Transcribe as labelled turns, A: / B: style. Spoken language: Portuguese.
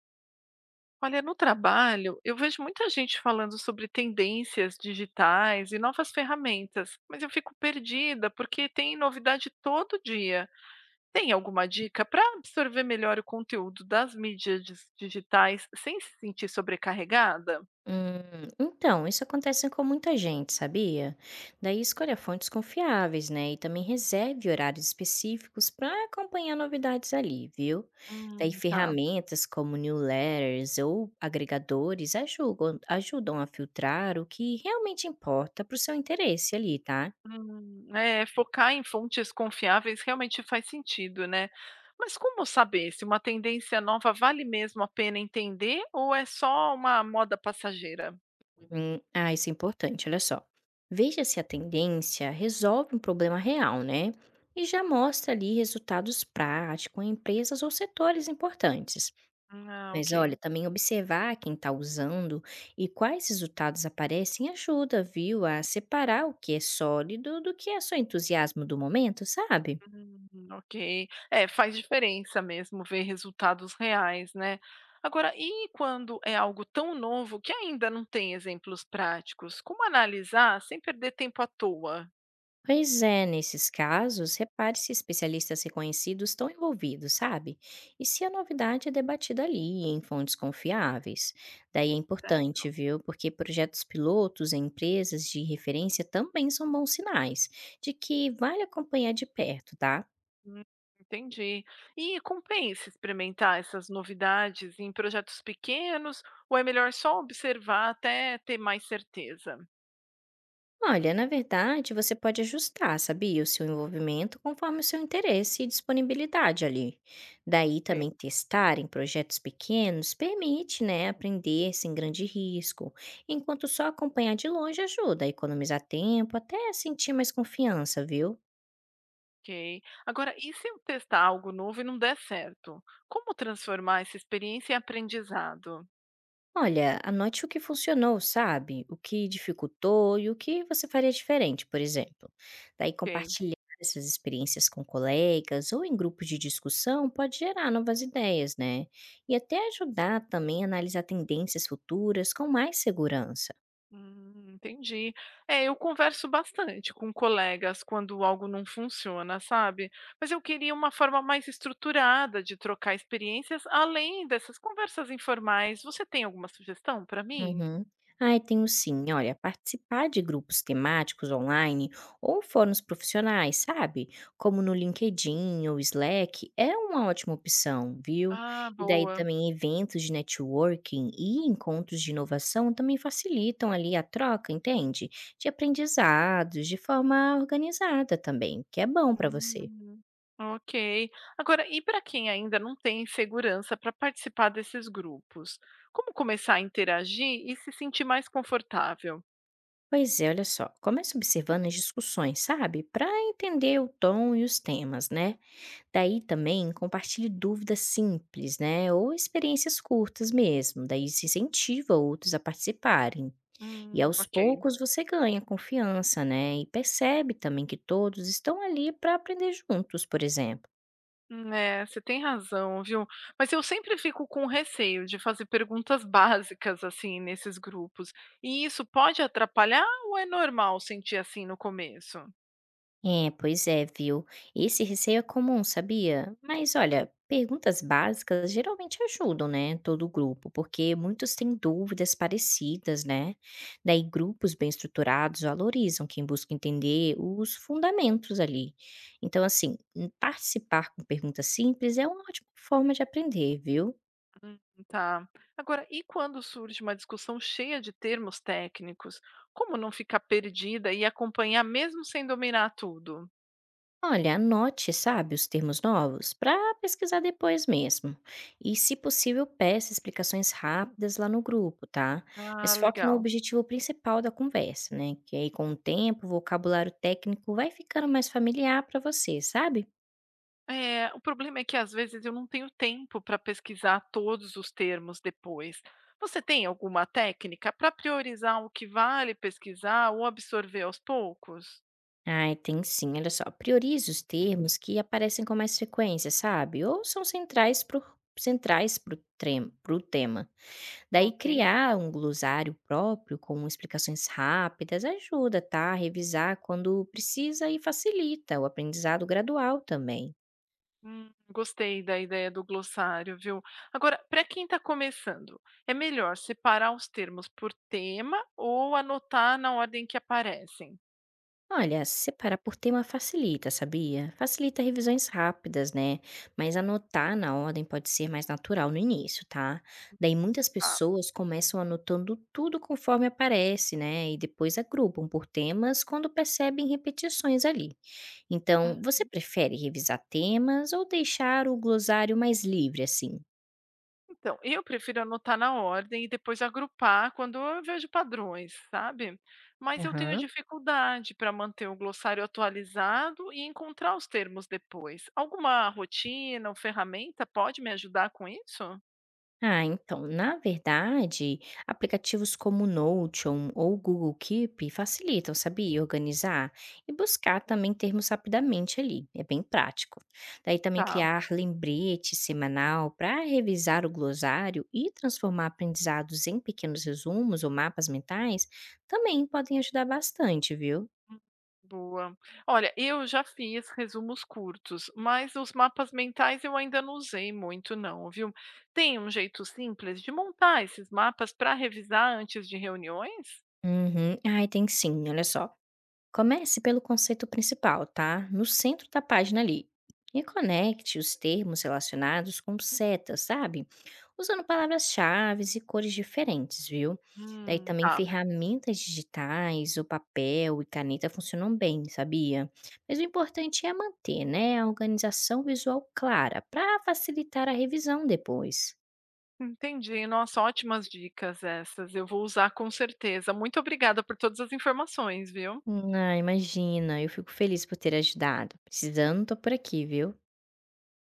A: Olha, no trabalho, eu vejo muita gente falando sobre tendências digitais e novas ferramentas, mas eu fico perdida porque tem novidade todo dia. Tem alguma dica para absorver melhor o conteúdo das mídias digitais sem se sentir sobrecarregada?
B: Então, isso acontece com muita gente, sabia? Daí escolha fontes confiáveis, né? E também reserve horários específicos para acompanhar novidades ali, viu? Daí
A: Tá.
B: ferramentas como newsletters ou agregadores ajudam a filtrar o que realmente importa para o seu interesse ali, tá?
A: É, focar em fontes confiáveis realmente faz sentido, né? Mas como saber se uma tendência nova vale mesmo a pena entender ou é só uma moda passageira?
B: Ah, isso é importante, olha só. Veja se a tendência resolve um problema real, né? E já mostra ali resultados práticos em empresas ou setores importantes.
A: Ah,
B: Mas
A: ok.
B: olha, também observar quem está usando e quais resultados aparecem ajuda, viu, a separar o que é sólido do que é só entusiasmo do momento, sabe?
A: Ok. É, faz diferença mesmo ver resultados reais, né? Agora, e quando é algo tão novo que ainda não tem exemplos práticos? Como analisar sem perder tempo à toa?
B: Pois é, nesses casos, repare se especialistas reconhecidos estão envolvidos, sabe? E se a novidade é debatida ali, em fontes confiáveis. Daí é
A: Certo?
B: importante, viu? Porque projetos pilotos em empresas de referência também são bons sinais de que vale acompanhar de perto, tá?
A: Hum, entendi. E compensa experimentar essas novidades em projetos pequenos ou é melhor só observar até ter mais certeza?
B: Olha, na verdade, você pode ajustar, sabia, o seu envolvimento conforme o seu interesse e disponibilidade ali. Daí
A: Ok.
B: também testar em projetos pequenos permite, né, aprender sem grande risco, enquanto só acompanhar de longe ajuda a economizar tempo, até sentir mais confiança, viu?
A: Ok. Agora, e se eu testar algo novo e não der certo? Como transformar essa experiência em aprendizado?
B: Olha, anote o que funcionou, sabe? O que dificultou e o que você faria diferente, por exemplo. Daí, compartilhar essas experiências com colegas ou em grupos de discussão pode gerar novas ideias, né? E até ajudar também a analisar tendências futuras com mais segurança.
A: Entendi. É, eu converso bastante com colegas quando algo não funciona, sabe? Mas eu queria uma forma mais estruturada de trocar experiências, além dessas conversas informais. Você tem alguma sugestão para mim?
B: Uhum. Ai, tenho sim. Olha, participar de grupos temáticos online ou fóruns profissionais, sabe? Como no LinkedIn ou Slack, é uma ótima opção, viu?
A: Ah,
B: E daí
A: boa.
B: também eventos de networking e encontros de inovação também facilitam ali a troca, entende? De aprendizados, de forma organizada também, que é bom para você.
A: Hum, ok. Agora, e para quem ainda não tem segurança para participar desses grupos? Como começar a interagir e se sentir mais confortável?
B: Pois é, olha só, comece observando as discussões, sabe? Para entender o tom e os temas, né? Daí também compartilhe dúvidas simples, né? Ou experiências curtas mesmo. Daí isso incentiva outros a participarem. E aos
A: Ok.
B: poucos você ganha confiança, né? E percebe também que todos estão ali para aprender juntos, por exemplo.
A: É, você tem razão, viu. Mas eu sempre fico com receio de fazer perguntas básicas, assim, nesses grupos. E isso pode atrapalhar ou é normal sentir assim no começo?
B: É, pois é, viu? Esse receio é comum, sabia? Mas olha, perguntas básicas geralmente ajudam, né? Todo o grupo, porque muitos têm dúvidas parecidas, né? Daí, grupos bem estruturados valorizam quem busca entender os fundamentos ali. Então, assim, participar com perguntas simples é uma ótima forma de aprender, viu?
A: Hum, tá. Agora, e quando surge uma discussão cheia de termos técnicos? Como não ficar perdida e acompanhar mesmo sem dominar tudo?
B: Olha, anote, sabe, os termos novos para pesquisar depois mesmo. E, se possível, peça explicações rápidas lá no grupo, tá?
A: Ah,
B: Mas foque no
A: legal.
B: objetivo principal da conversa, né? Que aí, com o tempo, o vocabulário técnico vai ficando mais familiar para você, sabe?
A: É, o problema é que às vezes eu não tenho tempo para pesquisar todos os termos depois. Você tem alguma técnica para priorizar o que vale pesquisar ou absorver aos poucos?
B: Ai, tem sim, olha só. Priorize os termos que aparecem com mais frequência, sabe? Ou são centrais pro pro tema. Daí
A: Ok.
B: criar um glossário próprio com explicações rápidas ajuda, tá, a revisar quando precisa e facilita o aprendizado gradual também.
A: Gostei da ideia do glossário, viu? Agora, para quem está começando, é melhor separar os termos por tema ou anotar na ordem que aparecem?
B: Olha, separar por tema facilita, sabia? Facilita revisões rápidas, né? Mas anotar na ordem pode ser mais natural no início, tá? Daí muitas pessoas começam anotando tudo conforme aparece, né? E depois agrupam por temas quando percebem repetições ali.
A: Tá.
B: Então, você prefere revisar temas ou deixar o glossário mais livre assim?
A: Então, eu prefiro anotar na ordem e depois agrupar quando eu vejo padrões, sabe? Mas eu tenho
B: Aham.
A: dificuldade para manter o glossário atualizado e encontrar os termos depois. Alguma rotina ou ferramenta pode me ajudar com isso?
B: Ah, então, na verdade, aplicativos como o Notion ou o Google Keep facilitam, sabia, organizar e buscar também termos rapidamente ali. É bem prático. Daí também
A: Tá.
B: criar lembrete semanal para revisar o glossário e transformar aprendizados em pequenos resumos ou mapas mentais também podem ajudar bastante, viu?
A: Hum, boa. Olha, eu já fiz resumos curtos, mas os mapas mentais eu ainda não usei muito, não, viu? Tem um jeito simples de montar esses mapas para revisar antes de reuniões?
B: Uhum. Ai, tem sim, olha só. Comece pelo conceito principal, tá? No centro da página ali. E conecte os termos relacionados com setas, sabe? Usando palavras-chave e cores diferentes, viu? Daí também
A: Tá.
B: ferramentas digitais, o papel e caneta funcionam bem, sabia? Mas o importante é manter, né, a organização visual clara para facilitar a revisão depois.
A: Entendi. Nossa, ótimas dicas essas. Eu vou usar com certeza. Muito obrigada por todas as informações, viu?
B: Ah, imagina, eu fico feliz por ter ajudado. Precisando, tô por aqui, viu?